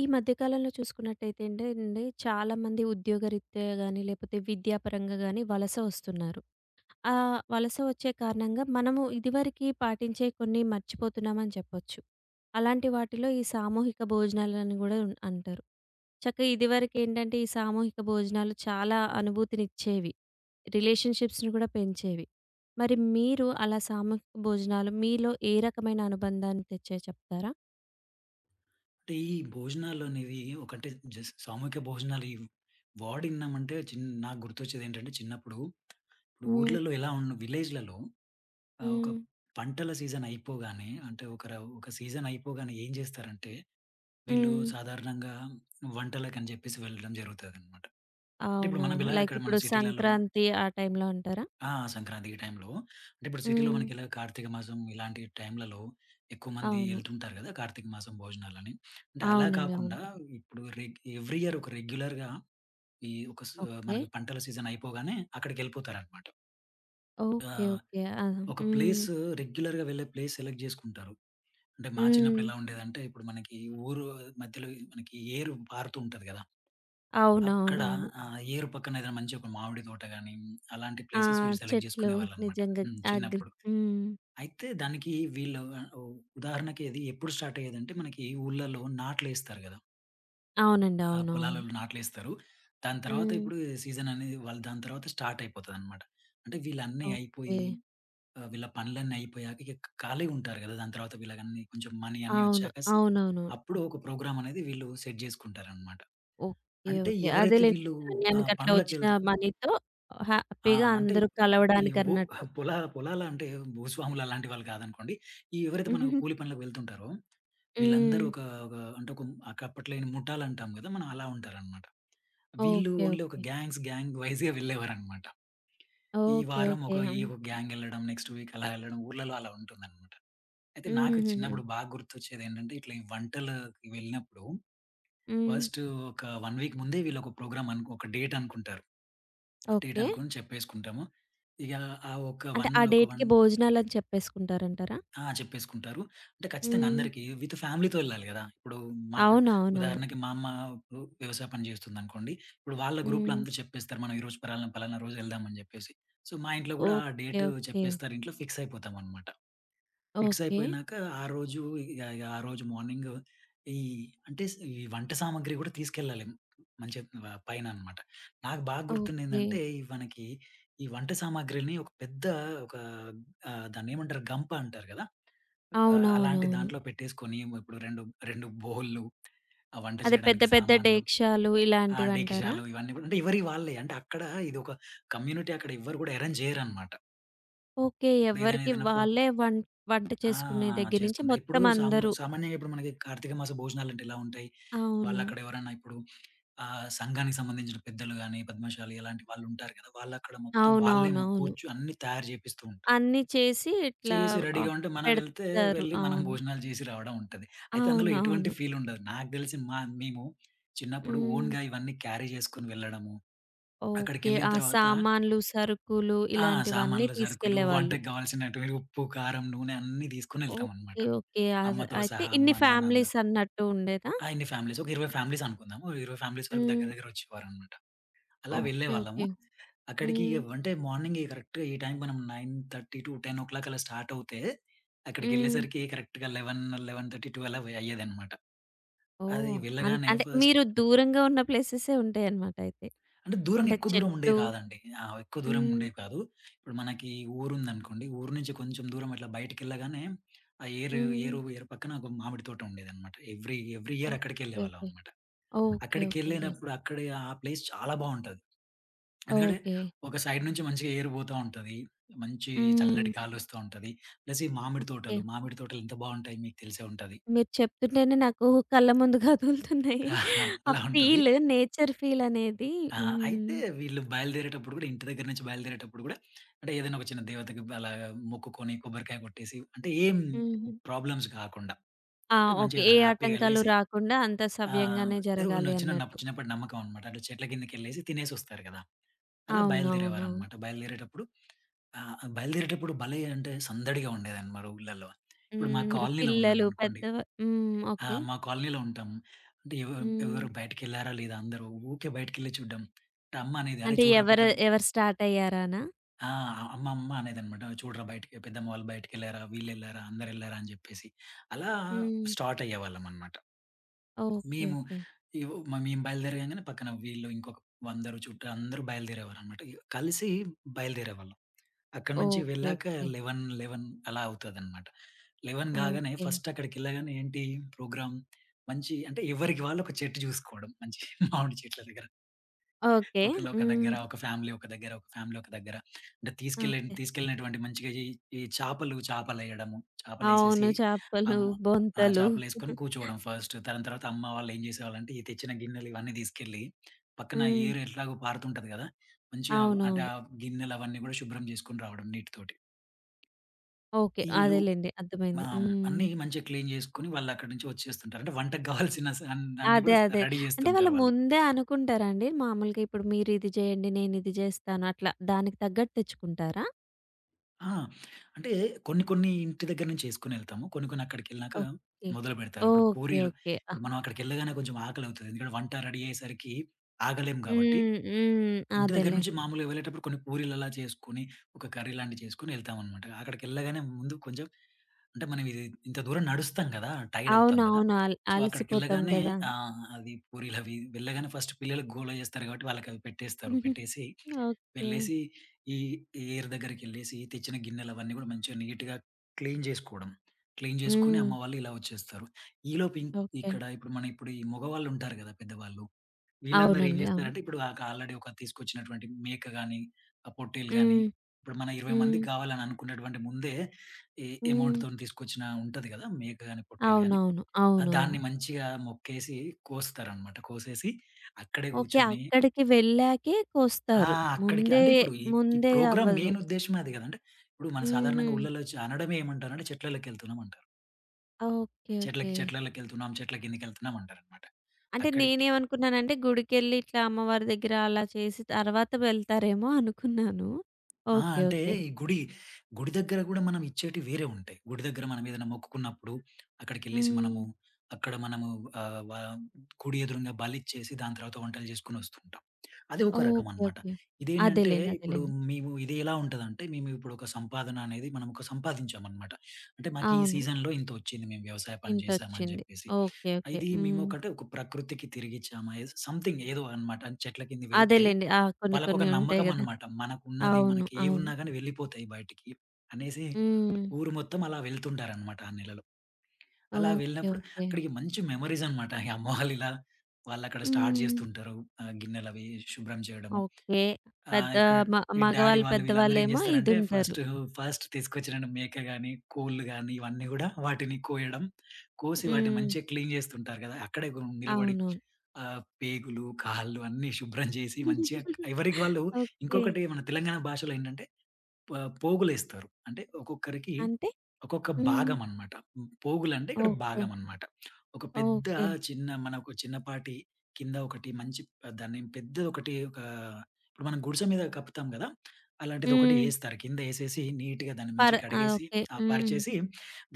ఈ మధ్య కాలంలో చూసుకున్నట్టయితే అండి చాలామంది ఉద్యోగరీత్యా గాని, లేపోతే విద్యాపరంగా గాని వలస వస్తున్నారు. ఆ వలస వచ్చే కారణంగా మనము ఇదివరకి పాటించే కొన్ని మర్చిపోతున్నామని చెప్పొచ్చు. అలాంటి వాటిలో ఈ సామూహిక భోజనాలని గూడా అంటారు. చక్కగా ఇదివరకేంటంటే ఈ సామూహిక భోజనాలు చాలా అనుభూతినిచ్చేవి. రిలేషన్‌షిప్స్‌ని గూడా పెంచేవి. మరి మీరు అలా సామూహిక భోజనాలు మీలో ఏ రకమైన అనుబంధాన్ని తెచ్చాయో చెప్తారా? అంటే ఈ భోజనాలనేవి ఒకటే జస్ట్ సామూహిక భోజనాలు ఇవి వాడిన్నామంటే నాకు గుర్తొచ్చేదేంటంటే చిన్నప్పుడు ఇప్పుడు హ్మ్. ఊర్లలో ఎలా ఉన్న విలేజ్‌లలో ఒక హ్మ్. పంటల సీజన్ అయిపోగానే అంటే ఒక సీజన్ అయిపోగానే ఏం చేస్తారంటే, వీళ్ళు హ్మ్. సాధారణంగా వంటలకని చెప్పేసి వెళ్ళడం జరుగుతదనమాట. అంటే ఇప్పుడు మనం అవునవును. ఇలా లైక్ ఇక్కడ మనం ఇప్పుడు సిటీలలో సంక్రాంతి ఆ టైంలో అంటారా? సంక్రాంతి ఈ టైంలో. అంటే ఇప్పుడు సిటీలో హ్మ్. మనకిలా కార్తీక మాసం ఇలాంటి టైంలలో ఎక్కువ మంది అవును. ఎళ్తుంటారు గదా! కార్తీక మాసం భోజనాలని. అంటే అలా అవునండి. అవును. కాకుండా ఇప్పుడు ఎవ్రీ ఇయర్ ఒక రెగ్యులర్‌గా ఈ ఒక స్ ఓకే. మనకి పంటల సీజన్ అయిపోగానే అక్కడికెళ్ళిపోతారనమాట. ఓకే. ఆహ్, ఓకే. ఆహా! ఒక ప్లేస్ హ్మ్. రెగ్యులర్‌గా వెళ్ళే ప్లేస్ సెలెక్ట్ జేసుకుంటారు. అంటే మా హ్మ్. చిన్నప్పుడు ఎలా ఉండేదంటే ఇప్పుడు మనకి ఊరు మధ్యలో మనకి ఏరు పారుతూ ఉంటది గదా! అక్కడ అవునవునవును. ఆ ఏరు పక్కన ఏదైనా మంచి ఒక మామిడి తోట గాని అలాంటి ఆ! ప్లేసెస్ వీళ్ళు సెలెక్ట్ చెట్లు జేసుకునేవాళ్ళనమాట. నిజంగా హ్మ్. అగ్రి చిన్నప్పుడు. హ్మ్. అయితే దానికి వీళ్ళు ఆహ్, ఉ ఉదాహరణకి ఇది ఎప్పుడు స్టార్ట్ అయ్యేదంటే, మనకి ఊర్లలో నాట్లేస్తారు గదా! అవునండి. అవునవును. పొలాలలో నాట్లేస్తారు. దాని తర్వాత హ్మ్. ఇప్పుడు సీజన్ అనేది వాళ్ళు దాని తర్వాత స్టార్ట్ అయిపోతదనమాట. అంటే వీళ్ళన్నీ ఓకే. అయిపోయి వీళ్ళ పనులన్నీ అయిపోయాక ఇక ఖాళీగా ఉంటారు గదా! దాని తర్వాత వీళ్ళకన్నీ కొంచెం మనీ అన్నీ అవును. వచ్చాక అవునవును. అప్పుడు ఒక ప్రోగ్రామ్ అనేది వీళ్ళు సెట్ జేసుకుంటారనమాట. ఓకే. అంటే ఓకే. ఎవరైతే అదేలేండి. వీళ్ళు ఆ ధాన్యానికి అట్లా వచ్చిన పనులకెళ్ మనీతో ఆ! హ్యాపీగా అంటే అందరూ ఈ వు కలవడానికన్నట్టు. పొలాల అంటే భూస్వాములు అలాంటి వాళ్ళు కాదనుకోండి. ఈ ఎవరైతే మనం కూలి పనులకు వెళ్తుంటారో, వీళ్ళందరూ హ్మ్. ఒక ఒక అంటే ఒక అప్పట్లో ముఠాలు అంటాం కదా! మనం అలా ఉంటారనమాట. వీళ్ళు ఓకే. ఓన్లీ ఒక ఓకే. గ్యాంగ్ వైస్‌గా వెళ్ళేవారనమాట. ఈ ఓకే. వారం ఓకే. ఒక గ్యాంగ్ ఎళ్ళడం, నెక్స్ట్ వీక్ అలా ఎళ్ళడం ఊర్లలో అలా ఉంటుందనమాట. అయితే హ్మ్. నాకు హుహుహు. చిన్నప్పుడు బాగా గుర్తొచ్చేది ఏంటంటే, ఇట్లా ఈ వంటలకి వెళ్ళినప్పుడు హ్మ్. ఫస్ట్ ఒక 1 వీక్ ముందే వీళ్ళొక ప్రోగ్రామ్ అనుకో ఒక డేట్ అనుకుంటారు. Date okay. అనుకోని చెప్పేసుకుంటాము. ఇగ ఆ ఒక అంటే 1 ఆ ఒక డేట్‌కి 1 భోజనాలని చెప్పేసుకుంటారంటారా? ఆ! చెప్పేసుకుంటారు. అంటే ఖచ్చితంగా హ్మ్. అందరికీ విత్ ఫ్యామిలీతో వెళ్ళాలి గదా! ఇప్పుడు మా ఇప్పుడు అవునవునవును. ఉదాహరణకి మా అమ్మ ఇప్పుడు వ్యవసాయ పని జేస్తుందనుకోండి. ఇప్పుడు వాళ్ళ గ్రూప్‌లో హ్మ్. అందరూ చెప్పేస్తారు. మనం ఈరోజు పలానా పలానా రోజు వెళ్దామని జెప్పేసి. సో, మా ఇంట్లో గూడా ఆ ఓకే. Date okay. చెప్పేస్తారు. ఇంట్లో ఫిక్స్ అయిపోతామనమాట. Fix okay. అయిపోయినాక ఆ రోజు ఇగ ఇగ ఆ రోజు మార్నింగ్ ఈ అంటే స్ ఈ వంట సామాగ్రి కూడా తీసుకెళ్ళాలి. మంచిగా పైన అన్నమాట. నాకు బాగా ఓకే. గుర్తుందేందంటే, ఈ మనకి ఈ వంట సామాగ్రిని ఒక పెద్ద ఒక దాన్నేమంటారు గంప అంటారు కదా! అలాంటి అవునవునవును. దాంట్లో పెట్టేసుకొని ఇప్పుడు 2, 2 బౌల్లు, ఆ వంట అదే పెద్ద చేయడానికి పెద్ద సామాన్లు, డేక్షాలు ఆ ఇలాంటివంటారా? డేకిషాలు ఇవన్నీ కూడా అంటే ఎవరియి వాళ్ళే. అంటే అక్కడ ఇదొక కమ్యూనిటీ అక్కడ ఎవ్వరు కూడా అరేంజ్ చేయరన్నమాట. ఓకే. ఇప్పుడు ఏదైనా ఎవరికి ఏదైనా వాళ్ళే వంట ఆ! చేసుకునే దగ్గర నుంచి చేసుకుంటా. ఇప్పుడు మొత్తం అందరూ. సామాన్యంగా ఇప్పుడు మనకి కార్తీక మాస భోజనాలంటే ఎలా ఉంటాయి? అవును. వాళ్ళక్కడ ఎవరైనా ఇప్పుడు సంఘానికి సంబంధించిన పెద్దలు గాని, పద్మశాలి అలాంటి వాళ్ళుంటారు కదా! వాళ్ళక్కడ మొత్తం వాళ్ళే అవునవునవును. కూర్చొని అన్నీ తయారు చేపిస్తూ ఉంటారు. అన్నీ చేసి ఇట్లా చేసి రెడీగా ఆహ్, ఉంటే మనం వెళ్తే పెడతారు. వెళ్ళి మనం అవును. భోజనాలు చేసి రావడం ఉంటది. అయితే అందులో ఎటువంటి అవునవును. ఫీలుండదు. నాకు తెలిసి మేము చిన్నప్పుడు హ్మ్. ఓన్‌గా ఇవన్నీ క్యారీ చేసుకొని వెళ్ళడము. ఓకే. అక్కడికెళ్ళిన ఆ తర్వాత సామాన్లు, సరుకులు ఆ! ఇలాంటివన్నీ సామాన్లు, సరుకులు తీసుకెళ్ళేవాళ్ళు. వంటకు కావాల్సినటువంటి ఉప్పు, కారం, నూనె అన్నీ తీసుకొని ఎళ్తామనమాట. ఓకే. ఓకే. అమ్మతో అయితే సహా అమ్మ, ఇన్ని నాన్న అందరూ. ఫ్యామిలీస్ అన్నట్టు ఉండేదా? ఆ! ఇన్ని ఫ్యామిలీస్ ఒక 20 ఫ్యామిలీస్ అనుకుందాము. 20 ఫ్యామిలీస్ వరకు దగ్గర హ్మ్. దగ్గర వచ్చేవారనమాట. అలా ఓకే. వెళ్ళేవాళ్ళము. ఓకే. అక్కడికి హ్మ్. అంటే మార్నింగ్ కరెక్ట్‌గా ఈ టైంకి మనం 9:30-10:00 అలా స్టార్ట్ అవుతే, హ్మ్. అక్కడికెళ్ళేసరికి కరెక్ట్‌గా 11, 11:30, 12 అయ్యేదనమాట. అది ఓహ్! వెళ్ళగానే అంటే ఫస్ట్ మీరు దూరంగా ఉన్న ప్లేసెసే ఉంటాయన్నమాట అయితే. అంటే దూరం అంటే ఎక్కువ దూరం ఉండేవి చెట్లు కాదండి. ఆ! ఎక్కువ దూరం హ్మ్. ఉండేవి కాదు. ఇప్పుడు మనకి ఊరుందనుకోండి, ఊరు నుంచి కొంచెం దూరం అట్లా బయటికెళ్ళగానే ఆ ఏరు హ్మ్. ఏరు ఏరు పక్కన ఒక మామిడి తోట ఉండేదనమాట. Every every year okay. Okay. అక్కడికెళ్ళేవాళ్ళమనమాట. ఓకే. ఓకే. యాహ్! అక్కడికెళ్ళినప్పుడు అక్కడి ఆ ప్లేస్ చాలా బావుంటది. ఎందుకంటే ఓకే. ఒక సైడ్ నుంచి మంచిగా ఎయిర్ పోతా ఉంటది. మంచి హ్మ్. చల్లటి గాలొస్తూ ఉంటది. ప్లస్ ఈ మామిడి ఓకే. తోటలు, మామిడి తోటలు ఎంత బావుంటాయి మీకు తెలిసే ఉంటది. మీరు చెప్తుంటేనే నాకు కళ్ళ ముందు కదులుతున్నాయి. ఆహా, ఆ అలా ఉంటది. ఫీల్ నేచర్ ఫీల్ అనేది. ఆ! హ్మ్. అయితే వీళ్ళు బయలుదేరేటప్పుడు గూడా ఇంటి దగ్గర నుంచి బయలుదేరేటప్పుడు గూడా అంటే ఏదైనా ఒక చిన్న దేవతకి అలా మొక్కుకొని కొబ్బరికాయ కొట్టేసి అంటే ఏం హుహు. ప్రాబ్లమ్స్ కాకుండా ఆ! అంటే ఓకే. మంచిగా ఏ హ్యాపీగా ఆటంకాలు ఎళ్ళేసి రాకుండా అంతా సవ్యంగానే ఏదో ఒక జరగాలి చిన్న అన్నట్టు. చిన్నప్పటి నమ్మకం అన్నమాట. అంటే చెట్ల కిందకెళ్ళేసి తినేసొస్తారు గదా! అలా అవునవునవును. బయలుదేరేవారనమాట. బయలుదేరేటప్పుడు భలే అంటే సందడిగా ఉండేదనమాట ఊర్లలో. ఇప్పుడు మా హ్మ్. కాలనీలో పిల్లలు ఉన్నామనుకోండి పెద్దవ హ్మ్. ఓకే. మా కాలనీలో ఉంటాం. అంటే హ్మ్. ఎవరు బయటికెళ్లారా లేదా అందరూ ఊకే బయటికెళ్ళి చూడ్డం. అమ్మ అనేది "అరే అంటే చూడరా ఎవరు పెద్దమ్" ఎవరు స్టార్ట్ అయ్యారానా? ఆ! అమ్మ అనేదనమాట. చూడరా బయటికి పెద్దమ్మ వాళ్ళు బయటికెళ్లారా, వీళ్ళెళ్లారా, అందరెళ్లారా అని చెప్పేసి. అలా హ్మ్. స్టార్ట్ అయ్యేవాళ్ళమనమాట. ఓకే. మేము ఓకే. ఇవ్ మ మేము బయలుదేరగానే పక్కన వీళ్ళు ఇంకొక 100 చుట్టాలు అందరూ బయలుదేరేవారనమాట. కలిసి బయలుదేరేవాళ్ళం. అక్కడి నుంచి ఓకే. వెళ్ళాక ఓకే. 11, 11 అలా అవుతదనమాట. 11 కాగానే ఓకే. ఫస్ట్ అక్కడికెళ్ళగానే ఏంటి ప్రోగ్రామ్ మంచి అంటే ఎవరికి వాళ్ళు ఒక చెట్టు చూసుకోవడం. మంచి మామిడి చెట్ల దగ్గర. ఓకే. ఒకళ్ళు ఒక హ్మ్. దగ్గర, ఒక ఫ్యామిలీ ఒక దగ్గర, ఒక ఫ్యామిలీ ఒక దగ్గర. అంటే ఓకే. తీసుకెళ్ళినటువంటి మంచిగా ఈ ఈ చేపలేయడము. చేపలేసేసి అవును. చేపలు, అమ్మ ఆ! బొంతలు. చేపలేసుకొని కూర్చోవడం ఫస్ట్. దాని తర్వాత అమ్మ వాళ్ళు ఏం చేసేవాళ్ళంటే ఈ తెచ్చిన గిన్నెలు ఇవన్నీ తీసుకెళ్ళి పక్కన హ్మ్. ఏరు ఎట్లాగో పారుతుంటది కదా! మంచిగా అంటే అవునవును. ఆ గిన్నెలు అవన్నీ కూడా శుభ్రం చేసుకొని రావడం నీటితోటి. ఓకే. ఈళ్ళు అదేలెండి. అర్థమైంది. మా హ్మ్. అన్నీ మంచిగా క్లీన్ జేసుకొని వాళ్ళక్కడి నుంచి వచ్చేస్తుంటారు. అంటే వంటకు గావాల్సిన స అన్ అన్నీ అదే. గూడా అదే. రెడీ అంటే వాళ్ళు జేస్తుంటారు వాళ్ళు. ముందే అనుకుంటారా అండి? మామూలుగా ఇప్పుడు మీరిది జేయండి, నేనిది జేస్తాను అట్లా. దానికి తగ్గట్టు తెచ్చుకుంటారా? ఆ! అంటే కొన్ని కొన్ని ఇంటి దగ్గర నుంచి చేసుకొనెళ్తాము. కొన్ని కొన్ని అక్కడికెళ్ళినాక ఓకే. మొదలుపెడతారు. ఇప్పుడు ఓకే. పూరీలు ఓకే. ఆ! ఇప్పుడు మనం అక్కడికెళ్ళగానే కొంచెం ఆకలవుతది. ఎందుకంటే వంట రెడీ అయ్యేసరికి ఆగలేం గాబట్టి. హ్మ్. హ్మ్. ఇంటి దగ్గర అదేలే. నుంచి మామూలుగా వెళ్ళేటప్పుడు కొన్ని పూరీలలా చేసుకొని, ఒక కర్రీ లాంటివి చేసుకొని ఎళ్తామనమాట. అక్కడికెళ్ళగానే ముందు కొంచెం అంటే మనం ఇది ఇంత దూరం నడుస్తాం కదా! టైర్డ్ అవుతాం కదా! అవునవును. సో, అలసిపోతాం అక్కడికెళ్ళగానే గదా! అది పూరీలవి వెళ్ళగానే ఫస్ట్ పిల్లలు గోల చేస్తారు కాబట్టి వాళ్ళకవి పెట్టేస్తారు. పెట్టేసి ఓకే. వెళ్ళేసి ఈ ఏరు దగ్గరికెళ్ళేసి తెచ్చిన గిన్నెలవన్నీ కూడా మంచిగా నీట్‌గా క్లీన్ జేసుకోవడం. క్లీన్ జేసుకొని హ్మ్. అమ్మ వాళ్ళు ఇలా వచ్చేస్తారు. ఈలోపు ఇం ఓకే. ఇక్కడ ఇప్పుడు ఈ మగవాళ్ళుంటారు కదా! పెద్దవాళ్ళు. వీళ్ళందరూ ఏం అవునండి. అవును. జేస్తారంటే, ఇప్పుడు ఆల్రెడీ ఒక తీసుకొచ్చినటువంటి మేక గాని, ఆ పొట్టేలు గాని, హ్మ్. ఇప్పుడు మన 20 హ్మ్. మందికి గావాలని అనుకున్నటువంటి ముందే, ఈ హ్మ్. అమౌంట్‌తోని తీసుకొచ్చిన ఉంటది గదా! మేక గాని, పొట్టేలు గాని, అవునవును. అవునవును. దాన్ని మంచిగా మొక్కేసి కోస్తారనమాట. కోసేసి అక్కడే ఓకే. గూర్చొని అక్కడికి వెళ్ళాకే ఆ! కోస్తారు. అక్కడికి ముందే అంటే ఇప్పుడు ఈ, ఈ ముందే ప్రోగ్రామ్ అవ్వదు. మెయిన్ ఉద్దేశ్యమే అది గదండి. ఇప్పుడు మనం హుహు. సాధారణంగా ఊర్లలో అనడమే ఏమంటారంటే చెట్లలోకెళ్తున్నాం అంటారు. ఓకే. ఓకే. చెట్లలోకెళ్తున్నాం, చెట్ల కిందకెళ్తున్నాం అంటారనమాట. అంటే అక్కడికి నేనేమనుకున్నానంటే గుడికెళ్ళి ఇట్లా అమ్మవారి దగ్గర అలా చేసి తర్వాత వెళ్తారేమో అనుకున్నాను. ఆ! ఓకే. అంటే ఓకే. ఈ గుడి, గుడి దగ్గర గూడా మనం ఇచ్చేటివి వేరే ఉంటాయి. గుడి దగ్గర మనం ఏదైనా మొక్కుకున్నప్పుడు, అక్కడికెళ్ళేసి మనము హ్మ్. అక్కడ మనము ఆహ్, వ కుడి ఎదురుంగా బలిచ్చేసి దాని తర్వాత వంటలు చేసుకొనొస్తుంటాం. అది ఒక రకం ఓకే. అన్నమాట. ఓకే. ఇదేంటంటే అదేలెండి. ఇప్పుడు అదేలెండి. మేము ఇది ఎలా ఉంటదంటే, మేము ఇప్పుడు ఒక సంపాదన అనేది మనం ఒక సంపాదించామన్నమాట. అంటే మాకు ఈ అవును. సీజన్‌లో ఇంతొచ్చింది. మేము వ్యవసాయ పని చేశాము అని ఇంతొచ్చింది. జెప్పేసి. ఓకే. ఓకే. ఇది మేము హ్మ్. ఒకటే ఒక ప్రకృతికి తిరిగిచ్చామా, ఏదో సంథింగ్ ఏదో అన్నమాట. చెట్ల కిందకి వెళ్తే అదేలెండి. ఆ! కొన్ని వాళ్ళకొక కొన్ని ఉంటాయి నమ్మకం గదా! అనమాట. మనకున్నది అవును. మనకి అవును. ఏవున్నా గాని వెళ్ళిపోతాయి బయటికి అనేసి హ్మ్. ఊరు మొత్తం అలా వెళ్తుంటారనమాట ఆ నెలలో. అలా ఓకే. వెళ్ళినప్పుడు ఓకే. అక్కడికి మంచి మెమోరీస్ అనమాట. ఈ అమ్మ వాళ్ళిలా వాళ్ళక్కడ స్టార్ట్ హ్మ్. జేస్తుంటారు. గిన్నెలవి శుభ్రం చేయడము. ఓకే. ఆ! పెద్ద ఇక్కడ మ ఈ డాడీ మగవాళ్ళు వాళ్ళు వీళ్ళందరూ ఏం పెద్దవాళ్ళేమో జేస్తారంటే ఇదుంటారు. ఫస్ట్, ఫస్ట్ తీసుకొచ్చిన మేక గాని, కోళ్ళు గాని ఇవన్నీ గూడా వాటిని కోయడం, కోసి వాటిని హ్మ్. మంచిగా క్లీన్ జేస్తుంటారు గదా! అక్కడే నిలబడి అవునవును. పేగులు, కాళ్ళు అన్నీ శుభ్రం జేసి మంచిగా ఎవరికి వాళ్ళు ఓకే. ఇంకొకటి మన తెలంగాణ భాషలో ఏంటంటే ప పోగులేస్తారు. అంటే ఒక్కొక్కరికి అంటే? ఒక్కొక్క హ్మ్. భాగం అనమాట. హ్మ్. పోగులంటే ఇక్కడ ఓకే. భాగం అనమాట. ఒక పెద్ద ఓకే. చిన్న మనకు చిన్నపాటి కింద ఒకటి మంచి దాన్ని పెద్దదొకటి ఒక ఇప్పుడు మనం గుడిసె మీద కప్పుతాం గదా! అలాంటిదొకటి హ్మ్. ఏస్తారు. కింద ఏసేసి నీట్‌గా దాన్ని పర్ మంచిగా ఆ! కడిగేసి, ఓకే. ఆ! పరిచేసి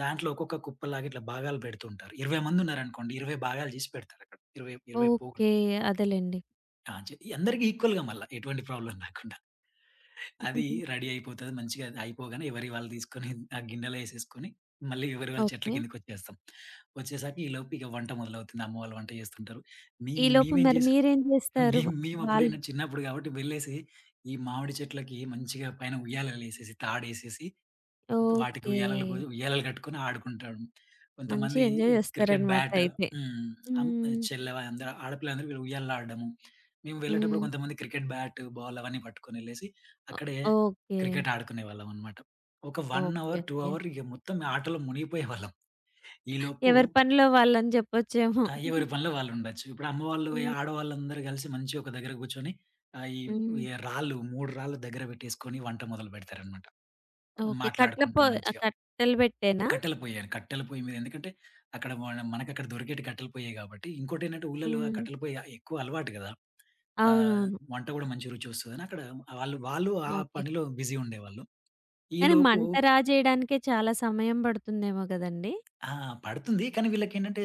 దాంట్లో ఒక్కొక్క కుప్పలాగా ఇట్లా భాగాలు పెడుతుంటారు. 20 మందున్నారనుకోండి, 20 భాగాలు చేసి పెడతారక్కడ. 20, 20 పోగులు. ఓకే. అదేలెండి. ఆ! చే అందరికి ఈక్వల్‌గా మళ్ళా ఎటువంటి ప్రాబ్లమ్ రాకుండా. అది రెడీ అయిపోతది. మంచిగా అది అయిపోగానే ఎవరియి వాళ్ళు తీసుకొని ఆ గిన్నెలో ఏసేసుకొని, మళ్ళీ ఎవరి వాళ్ళ చెట్ల ఓకే. కిందకొచ్చేస్తాం. వచ్చేసరికి ఈలోపు ఇక వంట మొదలవుతుంది. అమ్మ వాళ్ళు వంట చేస్తుంటారు. మేం ఈలోపు మేమేం మరి చేసాం మీరేం జేస్తారు? మేం వాళ్ళు మేమప్పుడైనా చిన్నప్పుడు కాబట్టి వెళ్ళేసి, ఈ మామిడి చెట్లకి మంచిగా పైన ఉయ్యాలలేసేసి, తాడేసేసి వాటికి ఓకే. ఉయ్యాలలు బోయి ఉయ్యాలలు కట్టుకొని ఆడుకుంటాం. కొంతమంది మంచిగా ఎంజాయ్ క్రికెట్ జేస్తారనమాట బ్యాట్ అయితే. హ్మ్. అమ్ హ్మ్. చెల్లె అందరూ ఆడపిల్లలందరూ వీళ్ళు ఉయ్యాలలో ఆడడము. మేము వెళ్ళేటప్పుడు హ్మ్. కొంతమంది క్రికెట్ బ్యాట్, బాల్ అవన్నీ పట్టుకొనెళ్ళేసి అక్కడే ఓ ఓకే. క్రికెట్ ఆడుకునేవాళ్ళమనమాట. ఒక 1 ఓకే. Hour, 2 okay. అవర్ ఇక మొత్తం ఆటలో మునిగిపోయేవాళ్ళం. ఈలోపు ఎవరి పనిలో వాళ్ళని జెప్పొచ్చేమో. ఎవరి పనిలో వాళ్ళుండొచ్చు. ఇప్పుడు అమ్మవాళ్ళు హ్మ్. ఆడవాళ్ళందరూ కలిసి మంచిగా ఒక దగ్గర కూర్చొని ఆహ్, ఈ హ్మ్. ఈ రాళ్ళు 3 రాళ్ళు దగ్గర పెట్టేసుకొని వంట మొదలు పెడతారనమాట. ఓకే. కట్టెల మాట్లాడుకుంటూ పొ ఆహ్, మంచిగా. కట్టెలు బెట్టేనా? కట్టెల పొయ్యండి. కట్టెల పొయ్యి మీద ఎందుకంటే అక్కడ మనకక్కడ దొరికేటి కట్టెల పొయ్యే కాబట్టి. ఇంకోటేంటంటే ఊర్లలో ఆ హ్మ్. కట్టెల పొయ్యి ఎక్కువ అలవాటు గదా! ఆహ్, అవునవును. వంట గూడా మంచి రుచొస్తదని అక్కడ వాళ్ళు ఆ ఓకే. పనిలో బిజీ ఉండేవాళ్ళు. కానీ ఈలోపు మంట రాజేయడానికే చాలా సమయం బడుతుందేమో గదండీ! ఆ! పడుతుంది. కానీ వీళ్ళకేంటంటే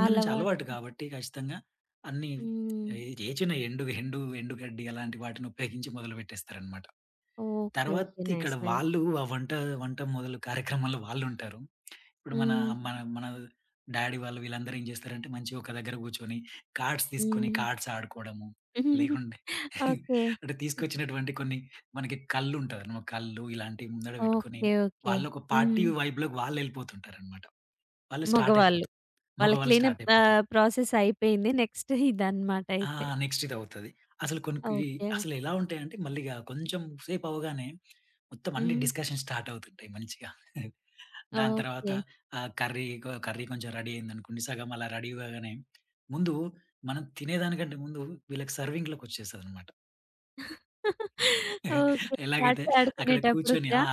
ఆ నుంచి అలవాటు. అలవాటు కాబట్టి ఖచ్చితంగా అన్నీ హ్మ్. ఏ ఏ చిన్న ఎండు గడ్డి అలాంటి వాటిని ఉపయోగించి మొదలుపెట్టేస్తారనమాట. ఓకే. తర్వాత ఓకే. ఇక్కడ నైస్. నైస్. వాళ్ళు వంట మొదలు కార్యక్రమంలో వాళ్ళుంటారు. ఇప్పుడు మన హ్మ్. మన మన డ్యాడీ వాళ్ళు వీళ్ళందరూ ఏం జేస్తారంటే, మంచిగా ఒక దగ్గర గూర్చొని కార్డ్స్ తీసుకొని హ్మ్. కార్డ్స్ ఆడుకోవడము. లేకుంటే ఓకే. అంటే తీసుకొచ్చినటువంటి కొన్ని మనకి కళ్ళుంటదనమాట. కళ్ళు ఇలాంటివి ముందడ పెట్టుకొని, ఓకే. ఓకే. వాళ్ళొక పార్టీ హ్మ్. వైబ్‌లోకి వాళ్ళెళ్ళిపోతుంటారనమాట. వాళ్ళు స్టార్ట్ మగవాళ్ళు. అయిపోతారు. వాళ్ళ మగవాళ్ళు స్టార్ట్ క్లీనప్ అయిపోతారు. ఆహ్, ప్రాసెస్ అయిపోయింది. నెక్స్ట్ ఇదన్నమాట ఆ! అయితే. నెక్స్ట్ ఇదవుతది. అసలు కొనికి ఓకే. అసలెలా ఉంటాయంటే మళ్ళిగా కొంచెం సేపు అవ్వగానే మొత్తం అన్ని హ్మ్. డిస్కషన్ స్టార్ట్ అవుతుంటాయి మంచిగా. దాని తర్వాత ఓకే. ఆహ్, కర్రీ కొ కర్రీ కొంచెం రెడీ అయిందనుకోండి. సగం అలా రెడీ కాగానే ముందు మనం తినేదానికంటే ముందు వీళ్ళకి సర్వింగ్‌లోకొచ్చేస్తదనమాట. ఓకే. ఎలాగైతే కార్డ్స్ అక్కడ కూర్చొని ఆడుకునేటప్పుడుకా? ఆ!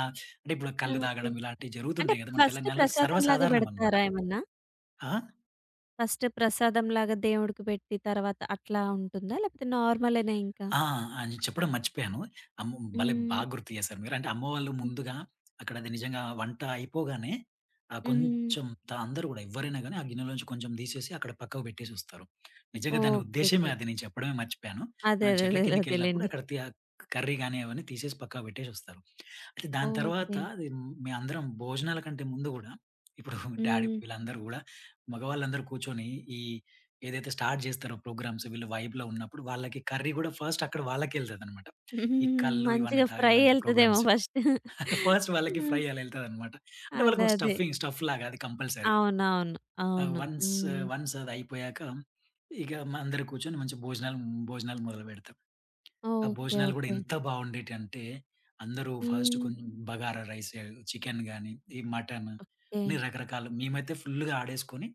అంటే ఇప్పుడు కళ్ళు ఓకే. తాగడం ఇలాంటివి అంటే జరుగుతుంటాయి కదా! మన ఫస్ట్ తెలంగాణలో ప్రసాదంలాగా సర్వసాధారణం అనమాట. పెడతారా ఏమన్నా? ఆ! ఫస్ట్ ప్రసాదంలాగా దేవుడికి పెట్టి తర్వాత అట్లా ఉంటుందా? లేకపోతే నార్మలేనా ఇంకా? ఆ! అని చెప్పడం మర్చిపోయాను. అమ్ భలే హ్మ్. బాగా గుర్తు చేశారు మీరు. అంటే అమ్మ వాళ్ళు హ్మ్. ముందుగా అక్కడ అది నిజంగా వంట అయిపోగానే ఆహ్, హ్మ్. కొంచెం త అందరూ గూడా ఎవ్వరైనా గాని ఆ గిన్నెలోంచి కొంచెం తీసేసి అక్కడ పక్కకు పెట్టేసొస్తారు. నిజంగా దాని ఓకే. ఉద్దేశ్యమే ఓకే. అది నేను చెప్పడమే మర్చిపోయాను. అదే. మనం అదే. చెట్ల అదే. కిందకెళ్ళినప్పుడు అదేలెండి. అక్కడ కర్రీ గాని అవన్నీ తీసేసి పక్కకు పెట్టేసొస్తారు. అయితే దాని తర్వాత ఓకే. అది మేమందరం భోజనాల కంటే ముందు గూడా ఇప్పుడు డాడీ హ్మ్. వీళ్ళందరూ గూడా మగవాళ్ళందరూ కూర్చొని ఈ ఏదైతే స్టార్ట్ జేస్తారో ప్రోగ్రామ్స్ వీళ్ళు వైబ్‌లో ఉన్నప్పుడు, వాళ్ళకి కర్రీ గూడా ఫస్ట్ అక్కడ వాళ్ళకెళ్తదనమాట. ఈ కల్లు ఇవన్నీ మంచిగా తాగే ఫ్రై ఇలాంటి ఎళ్తదేమో ప్రోగ్రామ్స్. ఫస్ట్. ఫస్ట్ వాళ్ళకి ఫ్రై హ్మ్. అలా ఎళ్తదనమాట. అంటే అదే. వాళ్ళకొక అదే. స్టఫింగ్ స్టఫ్ లాగా అది కంపల్సరీ. అవునవును. ఆహ్, అవును. వన్స్ వన్స్ అదయిపోయాక ఇక అందరూ కూర్చొని మంచి భోజనాలు భోజనాలు మొదలుపెడతాం. ఆ ఓకే. భోజనాలు గూడా ఓకే. ఎంత బావుండేటియంటే, అందరూ ఫస్ట్ హ్మ్. కొంచెం బగారా రైస్, చికెన్ గానీ, ఈ మటన్ ఓకే. అన్ని రకరకాలు మేమైతే ఫుల్‌గా ఆడేసుకొని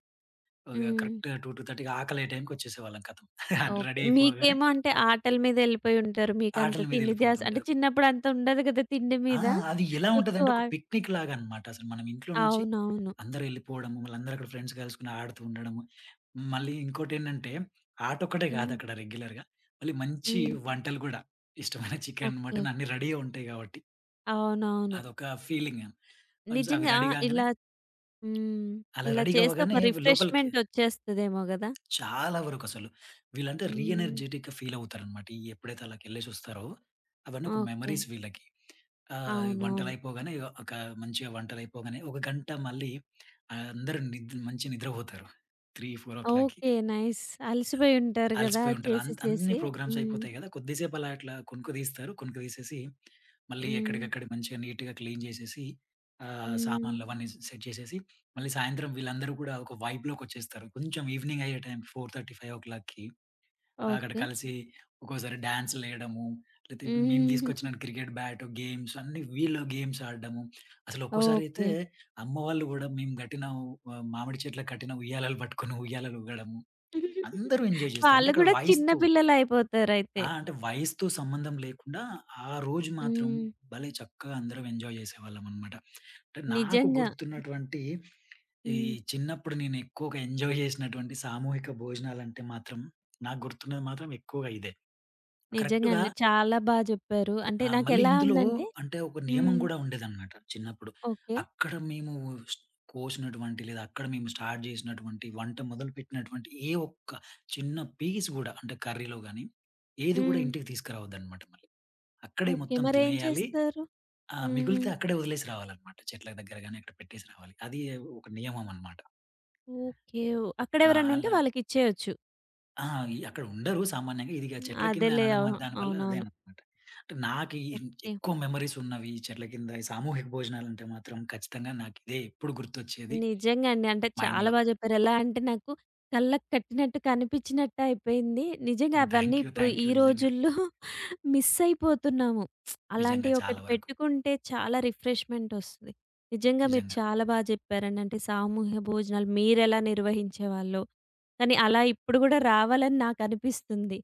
ఓకే. హ్మ్. కరెక్ట్‌గా 2, 2:30కి ఆకలే టైంకొచ్చేసేవాళ్ళం ఖతం. అంటే ఓకే. రెడీ అయిపోగానే మీకేమో అంటే ఆటల మీద ఎళ్ళిపోయి ఉంటారు. మీకంత ఆటల తిండి ధ్యాస అంటే మీదెళ్ళిపోతుంటారు. చిన్నప్పుడు అంత ఉండదు కదా! తిండి ఆ! మీద. అది ఎలా ఎక్కువ ఉంటదంటే ఒక పిక్నిక్ లాగా అన్నమాట. అసలు మనం ఇంట్లో నుంచి అవునవును. అందరూ ఎళ్ళిపోవడము, మళ్ళందరూ అక్కడ ఫ్రెండ్స్ కలుసుకొని ఆడుతూ ఉండడము. మళ్ళీ ఇంకోటేంటంటే ఆటొక్కటే హ్మ్. కాదక్కడ రెగ్యులర్‌గా. మళ్ళీ మంచి హ్మ్. వంటలు గూడా. ఇష్టమైన చికెన్, ఓకే. మటన్ అన్నీ రెడీగా ఉంటాయి గాబట్టి. అవునవును. అదొక ఫీలింగ్. వన్స్ అవి నిజంగా రెడీ కాంగానే ఇలా హ్మ్. అలా ఇలా రెడీ చేస్తే ఒక అవ్వగానే లోపలికి రిఫ్రెష్‌మెంట్ వచ్చేస్తదేమో గదా! చాలా వరకసలు. వీళ్ళంటే రీ హ్మ్. ఎనర్జిటిక్‌గా ఫీలవుతారనమాట. ఈ ఎప్పుడైతే ఆళ్ళకెళ్ళేసొస్తారో, అవన్నీ ఒక ఓకే. మెమరీస్ వీళ్ళకి. ఆహ్, అవునవును. వంటలయిపోగానే ఒక మంచిగా వంటలయిపోగానే ఒక గంట మళ్ళీ అందరూ మంచి నిద్రపోతారు. 3, 4:00కి ఓకే. నైస్. అలసిపోయి ఉంటారు గదా! అలసిపోయి ఉంటారు. చేసి అన్ని చేసి. ప్రోగ్రామ్స్ హ్మ్. అయిపోతాయి గదా! కొద్దిసేపు అలా అట్లా కునుకు తీస్తారు. కునుకు తీసేసి, మళ్ళీ హ్మ్. ఎక్కడికక్కడ మంచిగా నీట్‌గా క్లీన్ జేసేసి, హ్మ్. సామాన్లవన్నీ సెట్ చేసేసి, మళ్ళీ సాయంత్రం వీళ్ళందరూ కూడా ఒక వైబ్‌లోకొచ్చేస్తారు. కొంచెం ఈవినింగ్ అయ్యే టైంకి 4:30, 5:00కి అక్కడ ఓకే. కలిసి ఒక్కోసారి డాన్స్‌లేయడము, లేతే మేము హ్మ్. తీసుకొచ్చిన క్రికెట్ బ్యాట్, గేమ్స్ అన్నీ వీళ్ళు గేమ్స్ ఆడడము. అసలు ఒక్కోసారి అయితే ఓకే. అమ్మ వాళ్ళు గూడా మేము కట్టిన మామిడి చెట్లకు కట్టిన ఉయ్యాలలు పట్టుకొని ఉయ్యాలలు ఊగడము. అందరూ ఎంజాయ్ జేస్తారు. అంటే వాళ్ళు అక్కడ గూడా చిన్న వయసుతో పిల్లలయిపోతారయితే. ఆ! అంటే వయసుతో సంబంధం లేకుండా ఆ రోజు మాత్రం హ్మ్. భలే చక్కగా అందరం ఎంజాయ్ జేసేవాళ్ళమనమాట. అంటే నాకు నిజంగా. గుర్తున్నటువంటి ఈ హ్మ్. చిన్నప్పుడు నేను ఎక్కువగా ఎంజాయ్ జేసినటువంటి సామూహిక భోజనాలంటే మాత్రం నాకు గుర్తున్నది మాత్రం ఎక్కువగా ఇదే. కరెక్ట్‌గా నిజంగానే చాలా బా జెప్పారు. అంటే మళ్ళీ నాకెలా ఇందులో ఉందంటే అంటే ఒక నియమం హ్మ్. గూడా ఉండేదనమాట చిన్నప్పుడు. ఓకే. అక్కడ మేము స్ కోసినటువంటి లేదా అక్కడ మేము స్టార్ట్ జేసినటువంటి వంట మొదలుపెట్టినటువంటి ఏ ఒక్క చిన్న పీస్ గూడా అంటే కర్రీలో గాని, ఏది గూడా హ్మ్. ఇంటికి తీసుకురావద్దనమాట మళ్ళీ. అక్కడే ఓకే. మొత్తం మరేం తినేయాలి. చేస్తారు? ఆ! హ్మ్. మిగిలితే అక్కడే వదిలేసి రావాలనమాట. చెట్ల దగ్గర గాని అక్కడ పెట్టేసి రావాలి. అది ఒక నియమం అనమాట. ఓకే. ఓహ్! ఆ! అక్కడెవరన్నుంటే అలా వాళ్ళకిచ్చేయొచ్చు. ఆ! ఇ అక్కడ ఉండరు సామాన్యంగా. ఇదిగా చెట్ల కింద అదేలే. అనడం అవును. అది దానివల్ల అవునవును. అదేననమాట. అంటే నాకు ఈ ఓకే. ఎక్కువ మెమోరీస్ ఉన్నవి ఈ చెట్ల కింద, ఈ సామూహిక భోజనాలంటే మాత్రం ఖచ్చితంగా నాకిదే ఎప్పుడు గుర్తొచ్చేది నిజంగా అండి. అంటే చాలా మైండ్‌లో. బా జెప్పారు. ఎలా అంటే నాకు కళ్ళకి కట్టినట్టు కనిపించినట్టు అయిపోయింది. నిజంగా థాంక్ అవన్నీ యూ. ఇప్పుడు థాంక్ ఈ యూ నిజంగా. రోజుల్లో మిస్ అయిపోతున్నాము. అలాంటి నిజంగా ఒకటి చాలా వరకు. పెట్టుకుంటే చాలా రిఫ్రెష్‌మెంట్ ఒస్తది. నిజంగా మీరు నిజంగా. చాలా బా జెప్పారండి. అంటే సామూహ్య భోజనాలు మీరెలా నిర్వహించేవాళ్ళో, కానీ అలా ఇప్పుడు గూడా రావాలని నాకనిపిస్తుంది.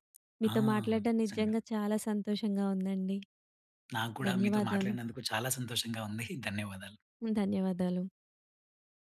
ఆ! మీతో మాట్లాడడం నిజంగా. నిజంగా చాలా సంతోషంగా ఉందండి. నాకు కూడా మీతో ధన్యవాదాలు. మాట్లాడినందుకు చాలా సంతోషంగా ఉంది. ధన్యవాదాలు. ధన్యవాదాలు.